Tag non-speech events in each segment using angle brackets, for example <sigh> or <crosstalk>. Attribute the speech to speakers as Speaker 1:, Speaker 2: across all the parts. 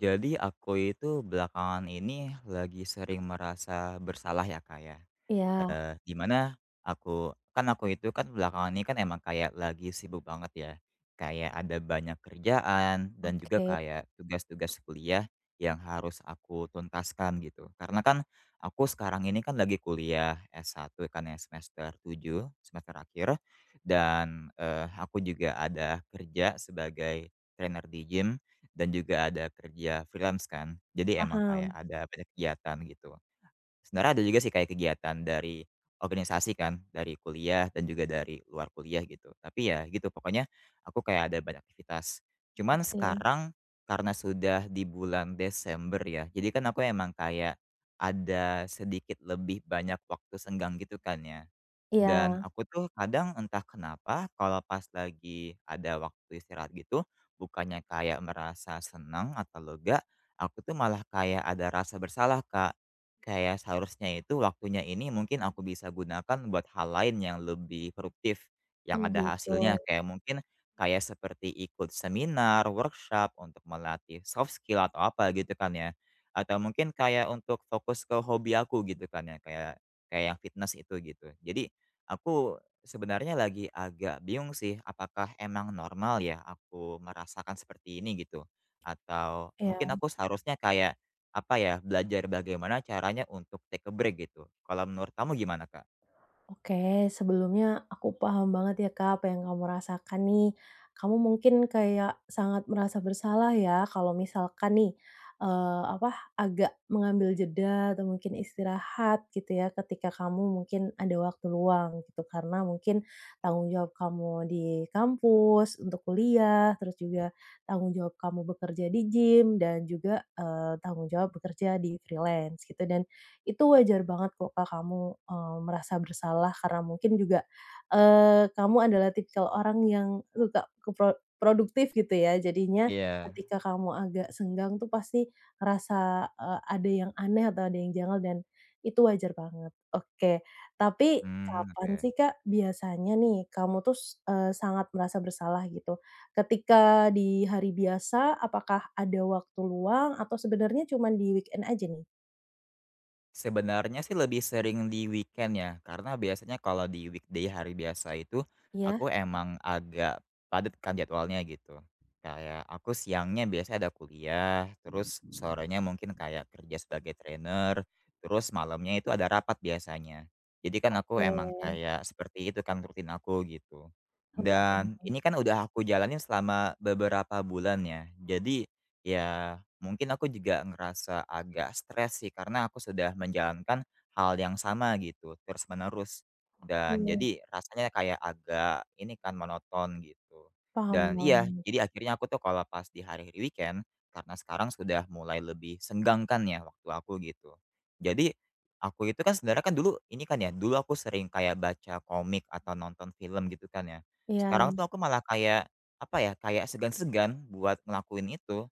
Speaker 1: Jadi aku itu belakangan ini lagi sering merasa bersalah ya Kak ya.
Speaker 2: Iya,
Speaker 1: Di mana aku itu kan belakangan ini kan emang kayak lagi sibuk banget ya, kayak ada banyak kerjaan dan juga
Speaker 2: oke,
Speaker 1: kayak tugas-tugas kuliah yang harus aku tuntaskan gitu. Karena kan aku sekarang ini kan lagi kuliah s satu kan ya semester 7 semester akhir dan, aku juga ada kerja sebagai trainer di gym dan juga ada kerja freelance kan. Jadi emang kayak
Speaker 2: paham,
Speaker 1: ada banyak kegiatan gitu. Sebenarnya ada juga sih kayak kegiatan dari organisasi kan, dari kuliah dan juga dari luar kuliah gitu. Tapi ya gitu, pokoknya aku kayak ada banyak aktivitas. Cuman
Speaker 2: ngerti.
Speaker 1: sekarang karena sudah di bulan Desember ya, jadi kan aku emang kayak ada sedikit lebih banyak waktu senggang gitu kan ya. Dan
Speaker 2: Iya,
Speaker 1: aku tuh kadang entah kenapa kalau pas lagi ada waktu istirahat gitu, bukannya kayak merasa senang atau lega, aku tuh malah kayak ada rasa bersalah, Kak. Kayak seharusnya itu waktunya ini mungkin aku bisa gunakan buat hal lain yang lebih produktif, yang
Speaker 2: oh
Speaker 1: ada
Speaker 2: gitu,
Speaker 1: hasilnya. Kayak mungkin kayak seperti ikut seminar, workshop untuk melatih soft skill atau apa gitu kan ya. Atau mungkin kayak untuk fokus ke hobi aku gitu kan ya, kayak kayak yang fitness itu gitu. Jadi aku sebenarnya lagi agak bingung sih, apakah emang normal ya aku merasakan seperti ini gitu? Atau
Speaker 2: iya.
Speaker 1: mungkin aku seharusnya kayak, apa ya, belajar bagaimana caranya untuk take a break gitu. Kalau menurut kamu gimana, Kak?
Speaker 2: Oke, sebelumnya aku paham banget ya Kak apa yang kamu rasakan nih. Kamu mungkin kayak sangat merasa bersalah ya kalau misalkan nih eee, apa, agak mengambil jeda atau mungkin istirahat gitu ya ketika kamu mungkin ada waktu luang gitu. Karena mungkin tanggung jawab kamu di kampus untuk kuliah, terus juga tanggung jawab kamu bekerja di gym dan juga, tanggung jawab bekerja di freelance gitu dan itu wajar banget kok, Kak, kamu, merasa bersalah karena mungkin juga, kamu adalah tipikal orang yang suka produktif gitu ya. Jadinya
Speaker 1: Iya.
Speaker 2: ketika kamu agak senggang tuh pasti ngerasa, ada yang aneh atau ada yang janggal dan itu wajar banget. Oke, tapi
Speaker 1: Mmm,
Speaker 2: kapan
Speaker 1: oke.
Speaker 2: sih, Kak, biasanya nih kamu tuh sangat merasa bersalah gitu? Ketika di hari biasa, apakah ada waktu luang atau sebenarnya cuma di weekend aja nih?
Speaker 1: Sebenarnya sih lebih sering di weekend ya, karena biasanya kalau di weekday hari biasa itu,
Speaker 2: Iya.
Speaker 1: aku emang agak padat kan jadwalnya gitu. Kayak aku siangnya biasanya ada kuliah, terus sorenya mungkin kayak kerja sebagai trainer, terus malamnya itu ada rapat biasanya. Jadi kan aku
Speaker 2: Oke,
Speaker 1: emang kayak seperti itu kan rutin aku gitu.
Speaker 2: kebayang.
Speaker 1: Dan ini kan udah aku jalanin selama beberapa bulan ya. Jadi ya mungkin aku juga ngerasa agak stres sih karena aku sudah menjalankan hal yang sama gitu terus-menerus. Dan
Speaker 2: Iya,
Speaker 1: jadi rasanya kayak agak ini kan monoton gitu.
Speaker 2: paham
Speaker 1: Dan iya,
Speaker 2: banget.
Speaker 1: jadi akhirnya aku tuh kalau pas di hari-hari weekend karena sekarang sudah mulai lebih senggang kan ya waktu aku gitu. Jadi aku itu kan sebenarnya kan dulu ini kan ya, dulu aku sering kayak baca komik atau nonton film gitu kan ya.
Speaker 2: Iya,
Speaker 1: Sekarang tuh aku malah kayak apa ya, kayak segan-segan buat ngelakuin itu.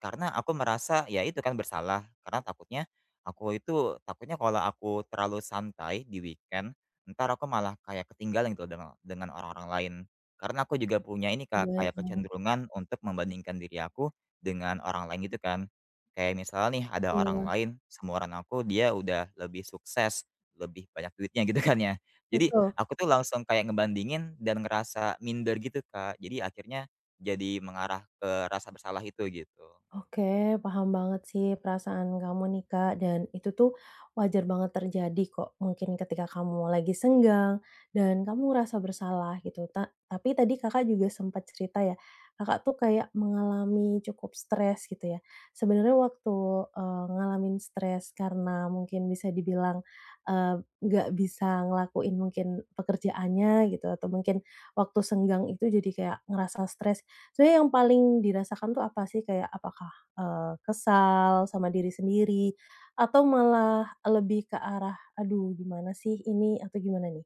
Speaker 1: Karena aku merasa, ya itu kan bersalah, karena takutnya aku itu takutnya kalau aku terlalu santai di weekend, ntar aku malah kayak ketinggalan gitu dengan orang-orang lain. Karena aku juga punya ini Kak, kayak
Speaker 2: kebayang.
Speaker 1: kecenderungan untuk membandingkan diri aku dengan orang lain gitu kan. Kayak misalnya nih ada orang
Speaker 2: Iya,
Speaker 1: lain, seumuran aku, dia udah lebih sukses, lebih banyak duitnya gitu kan ya. Jadi
Speaker 2: betul.
Speaker 1: aku tuh langsung kayak ngebandingin dan ngerasa minder gitu Kak. Jadi akhirnya jadi mengarah ke rasa bersalah itu gitu.
Speaker 2: Oke, paham banget sih perasaan kamu nih Kak, dan itu tuh wajar banget terjadi kok. Mungkin ketika kamu lagi senggang dan kamu ngerasa bersalah gitu. Tapi tadi Kakak juga sempat cerita ya, Kakak tuh kayak mengalami cukup stres gitu ya. Sebenarnya waktu ngalamin stres karena mungkin bisa dibilang eh, nggak bisa ngelakuin mungkin pekerjaannya gitu atau mungkin waktu senggang itu jadi kayak ngerasa stres. Sebenarnya yang paling dirasakan tuh apa sih? Kayak apakah, eee, kesal sama diri sendiri atau malah lebih ke arah, "Aduh gimana sih ini?" Atau gimana nih?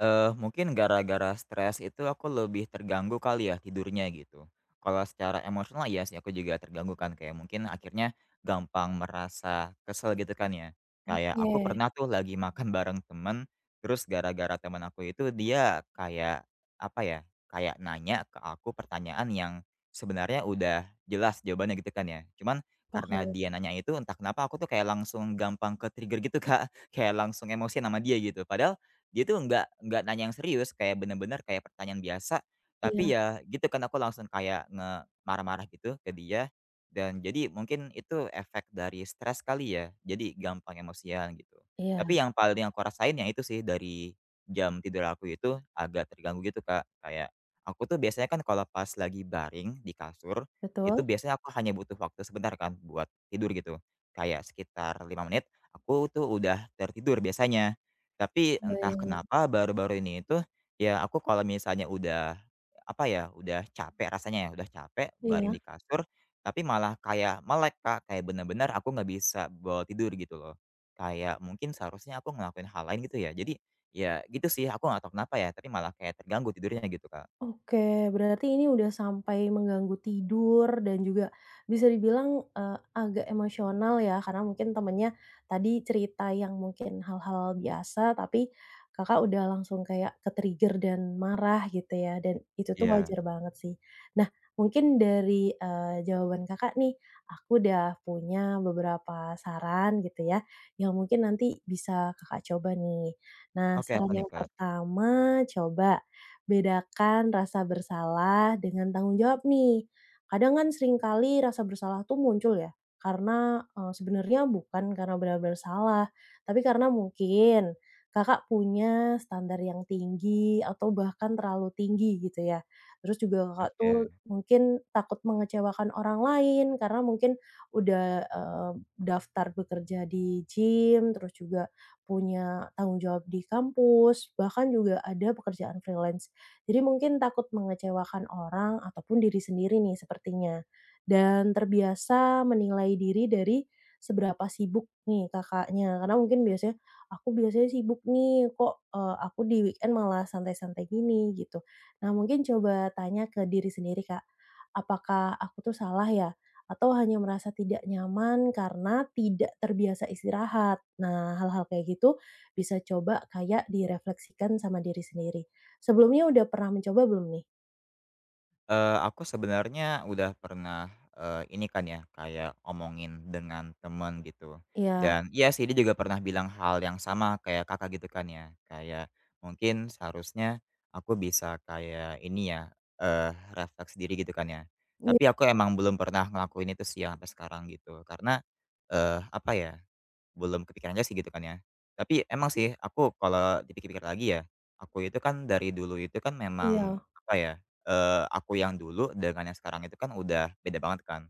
Speaker 1: Eh, mungkin gara-gara stres itu aku lebih terganggu kali ya tidurnya gitu. Kalau secara emosional ya sih aku juga terganggu kan kayak mungkin akhirnya gampang merasa kesel gitu kan ya. Kayak
Speaker 2: Oke,
Speaker 1: aku pernah tuh lagi makan bareng temen, terus gara-gara temen aku itu dia kayak apa ya, kayak nanya ke aku pertanyaan yang sebenarnya udah jelas jawabannya gitu kan ya. Cuman karena
Speaker 2: paham.
Speaker 1: dia nanya itu entah kenapa aku tuh kayak langsung gampang ke-trigger gitu Kak, <laughs> kayak langsung emosi sama dia gitu. Padahal dia tuh nggak nanya yang serius, kayak bener-bener kayak pertanyaan biasa,
Speaker 2: Iya
Speaker 1: tapi ya gitu kan aku langsung kayak nge marah-marah gitu ke dia, dan jadi mungkin itu efek dari stres kali ya, jadi gampang emosian gitu.
Speaker 2: iya,
Speaker 1: Tapi yang paling aku rasain ya itu sih dari jam tidur aku itu agak terganggu gitu, Kak. Kayak aku tuh biasanya kan kalau pas lagi baring di kasur, itu
Speaker 2: betul.
Speaker 1: biasanya aku hanya butuh waktu sebentar kan buat tidur gitu, kayak sekitar 5 menit, aku tuh udah tertidur biasanya. Tapi entah
Speaker 2: Kebayang,
Speaker 1: kenapa baru-baru ini itu, ya aku kalau misalnya udah, apa ya, udah capek rasanya ya, udah capek baring
Speaker 2: iya.
Speaker 1: di kasur, tapi malah kayak melek Kak, kayak bener-bener aku nggak bisa bawa tidur gitu loh. Kayak mungkin seharusnya aku ngelakuin hal lain gitu ya. Jadi, ya gitu sih aku nggak tahu kenapa ya, tapi malah kayak terganggu tidurnya gitu Kak.
Speaker 2: Oke, berarti ini udah sampai mengganggu tidur dan juga bisa dibilang, agak emosional ya karena mungkin temennya tadi cerita yang mungkin hal-hal biasa tapi Kakak udah langsung kayak ke-trigger dan marah gitu ya dan itu tuh
Speaker 1: Iya.
Speaker 2: wajar banget sih. Nah mungkin dari, jawaban Kakak nih, aku udah punya beberapa saran gitu ya yang mungkin nanti bisa Kakak coba nih. Nah
Speaker 1: Oke, apa
Speaker 2: saran
Speaker 1: nih
Speaker 2: yang
Speaker 1: Kak?
Speaker 2: pertama coba bedakan rasa bersalah dengan tanggung jawab nih. Kadang kan seringkali rasa bersalah tuh muncul ya, karena sebenarnya bukan karena benar-benar salah, tapi karena mungkin Kakak punya standar yang tinggi atau bahkan terlalu tinggi gitu ya. Terus juga Kakak
Speaker 1: Oke.
Speaker 2: tuh mungkin takut mengecewakan orang lain karena mungkin udah, daftar bekerja di gym, terus juga punya tanggung jawab di kampus, bahkan juga ada pekerjaan freelance. Jadi mungkin takut mengecewakan orang ataupun diri sendiri nih sepertinya. Dan terbiasa menilai diri dari seberapa sibuk nih Kakaknya, karena mungkin biasanya, "Aku biasanya sibuk nih, kok, eee, aku di weekend malah santai-santai gini?" Gitu. Nah mungkin coba tanya ke diri sendiri, Kak, "Apakah aku tuh salah ya? Atau hanya merasa tidak nyaman karena tidak terbiasa istirahat?" Nah hal-hal kayak gitu bisa coba kayak direfleksikan sama diri sendiri. Sebelumnya udah pernah mencoba belum nih?
Speaker 1: Aku sebenarnya udah pernah, ini kan ya, kayak ngomongin dengan temen gitu.
Speaker 2: Iya,
Speaker 1: Dan iya sih, dia juga pernah bilang hal yang sama kayak Kakak gitu kan ya. Kayak mungkin seharusnya aku bisa kayak ini ya, refleks diri gitu kan ya.
Speaker 2: iya
Speaker 1: Tapi aku emang belum pernah ngelakuin itu sih yang sampai sekarang gitu. Karena, apa ya belum kepikiran aja sih gitu kan ya. Tapi emang sih aku kalau dipikir-pikir lagi ya, aku itu kan dari dulu itu kan memang
Speaker 2: iya,
Speaker 1: apa ya, aku yang dulu dengan yang sekarang itu kan udah beda banget kan.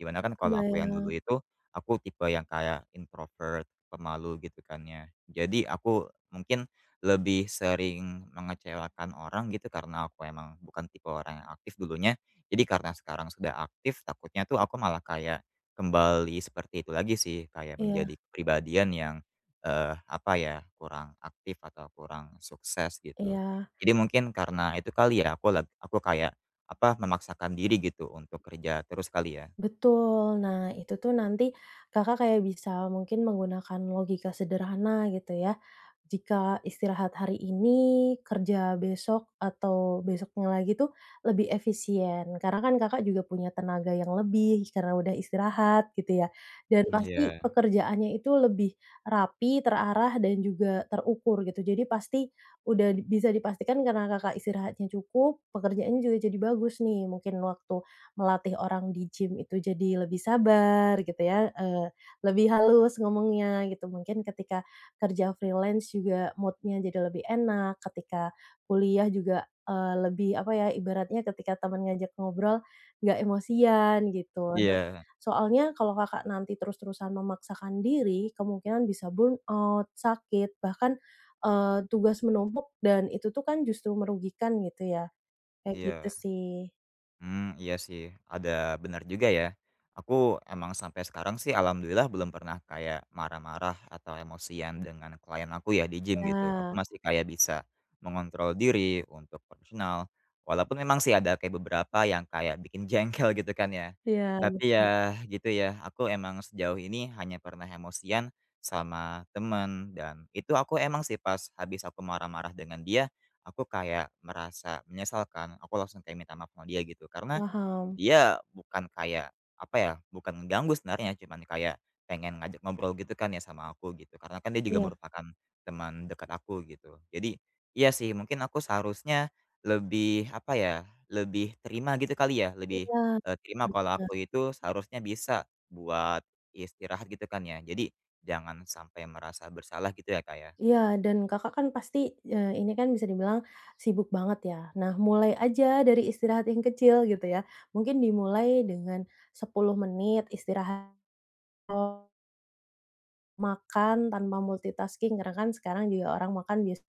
Speaker 1: Gimana kan kalau aku yang
Speaker 2: kebayang.
Speaker 1: dulu itu, aku tipe yang kayak introvert, pemalu gitu kan ya. Jadi aku mungkin lebih sering mengecewakan orang gitu karena aku emang bukan tipe orang yang aktif dulunya. Jadi karena sekarang sudah aktif, takutnya tuh aku malah kayak kembali seperti itu lagi sih, kayak menjadi
Speaker 2: Iya
Speaker 1: kepribadian yang, apa ya, kurang aktif atau kurang sukses gitu.
Speaker 2: iya.
Speaker 1: Jadi mungkin karena itu kali ya, aku kayak, apa, memaksakan diri gitu untuk kerja terus kali ya?
Speaker 2: Betul. Nah, itu tuh nanti Kakak kayak bisa mungkin menggunakan logika sederhana gitu ya. Jika istirahat hari ini, kerja besok atau besoknya lagi tuh lebih efisien. Karena kan Kakak juga punya tenaga yang lebih karena udah istirahat gitu ya. Dan pasti
Speaker 1: Iya,
Speaker 2: pekerjaannya itu lebih rapi, terarah dan juga terukur gitu. Jadi pasti bisa dipastikan karena Kakak istirahatnya cukup, pekerjaannya juga jadi bagus nih. Mungkin waktu melatih orang di gym itu jadi lebih sabar gitu ya, lebih halus ngomongnya gitu. Mungkin ketika kerja freelance juga mood-nya jadi lebih enak, ketika kuliah juga, lebih apa ya, ibaratnya ketika teman ngajak ngobrol nggak emosian gitu. Nah,
Speaker 1: iya,
Speaker 2: soalnya kalau Kakak nanti terus-terusan memaksakan diri, kemungkinan bisa burnout, sakit, bahkan, tugas menumpuk dan itu tuh kan justru merugikan gitu ya, kayak gitu
Speaker 1: iya.
Speaker 2: sih.
Speaker 1: Hmm, iya sih, ada benar juga ya. Aku emang sampai sekarang sih alhamdulillah belum pernah kayak marah-marah atau emosian dengan klien aku ya di gym gitu. Aku
Speaker 2: Ya.
Speaker 1: masih kayak bisa mengontrol diri untuk profesional, walaupun memang sih ada kayak beberapa yang kayak bikin <laughs> jengkel gitu kan ya.
Speaker 2: Iya,
Speaker 1: Tapi
Speaker 2: betul,
Speaker 1: ya gitu ya, aku emang sejauh ini hanya pernah emosian sama temen dan itu aku emang sih pas habis aku marah-marah dengan dia, aku kayak merasa menyesalkan aku langsung kayak minta maaf sama dia gitu. Karena
Speaker 2: paham.
Speaker 1: dia bukan kayak, apa ya, bukan mengganggu sebenarnya, cuman kayak pengen ngajak ngobrol gitu kan ya sama aku gitu. Karena kan dia juga
Speaker 2: Iya
Speaker 1: merupakan teman dekat aku gitu. Jadi iya sih, mungkin aku seharusnya lebih, apa ya, lebih terima gitu kali ya, lebih,
Speaker 2: iya,
Speaker 1: terima
Speaker 2: bener
Speaker 1: kalau aku
Speaker 2: banget.
Speaker 1: itu seharusnya bisa buat istirahat gitu kan ya. Jadi jangan sampai merasa bersalah gitu ya, Kak, ya.
Speaker 2: Iya, dan Kakak kan pasti, ini kan bisa dibilang sibuk banget ya. Nah, mulai aja dari istirahat yang kecil gitu ya. Mungkin dimulai dengan 10 menit istirahat, makan tanpa multitasking karena kan sekarang juga orang makan bias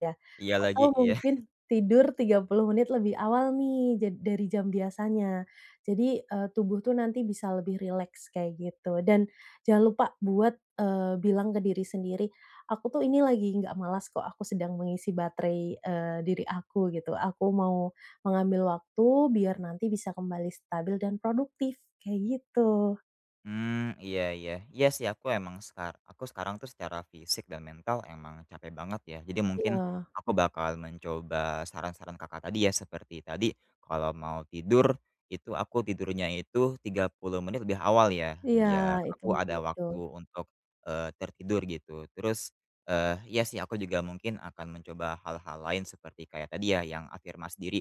Speaker 2: ya,
Speaker 1: Iya lagi,
Speaker 2: atau
Speaker 1: iya.
Speaker 2: mungkin tidur 30 menit lebih awal nih dari jam biasanya. Jadi, tubuh tuh nanti bisa lebih rileks kayak gitu dan jangan lupa buat, bilang ke diri sendiri, "Aku tuh ini lagi nggak malas kok, aku sedang mengisi baterai, diri aku," gitu. "Aku mau mengambil waktu biar nanti bisa kembali stabil dan produktif," kayak gitu.
Speaker 1: Hmm, iya iya. Iya sih aku emang aku sekarang tuh secara fisik dan mental emang capek banget ya. Jadi mungkin
Speaker 2: Iya
Speaker 1: aku bakal mencoba saran-saran Kakak tadi ya, seperti tadi kalau mau tidur, itu aku tidurnya itu 30 menit lebih awal ya,
Speaker 2: iya,
Speaker 1: biar
Speaker 2: itu
Speaker 1: aku ada
Speaker 2: itu
Speaker 1: waktu untuk, tertidur gitu. Terus, iya sih aku juga mungkin akan mencoba hal-hal lain seperti kayak tadi ya yang afirmasi diri,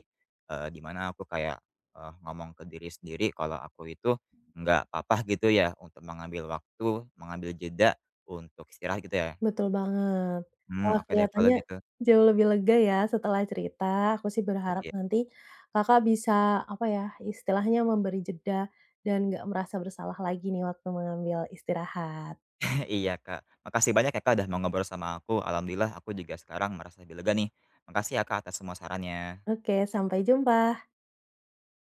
Speaker 1: di mana aku kayak, ngomong ke diri sendiri kalau aku itu nggak apa-apa gitu ya untuk mengambil waktu, mengambil jeda untuk istirahat gitu ya?
Speaker 2: betul banget.
Speaker 1: Hmm,
Speaker 2: Wah,
Speaker 1: oke deh kalau
Speaker 2: kelihatannya
Speaker 1: gitu.
Speaker 2: jauh lebih lega ya setelah cerita. Aku sih berharap
Speaker 1: Iya
Speaker 2: nanti Kakak bisa, apa ya, istilahnya memberi jeda dan nggak merasa bersalah lagi nih waktu mengambil istirahat.
Speaker 1: <laughs> iya, Kak. Makasih banyak ya, Kak, udah mau ngobrol sama aku. Alhamdulillah aku juga sekarang merasa lebih lega nih. Makasih ya, Kak, atas semua sarannya.
Speaker 2: Oke, sampai jumpa.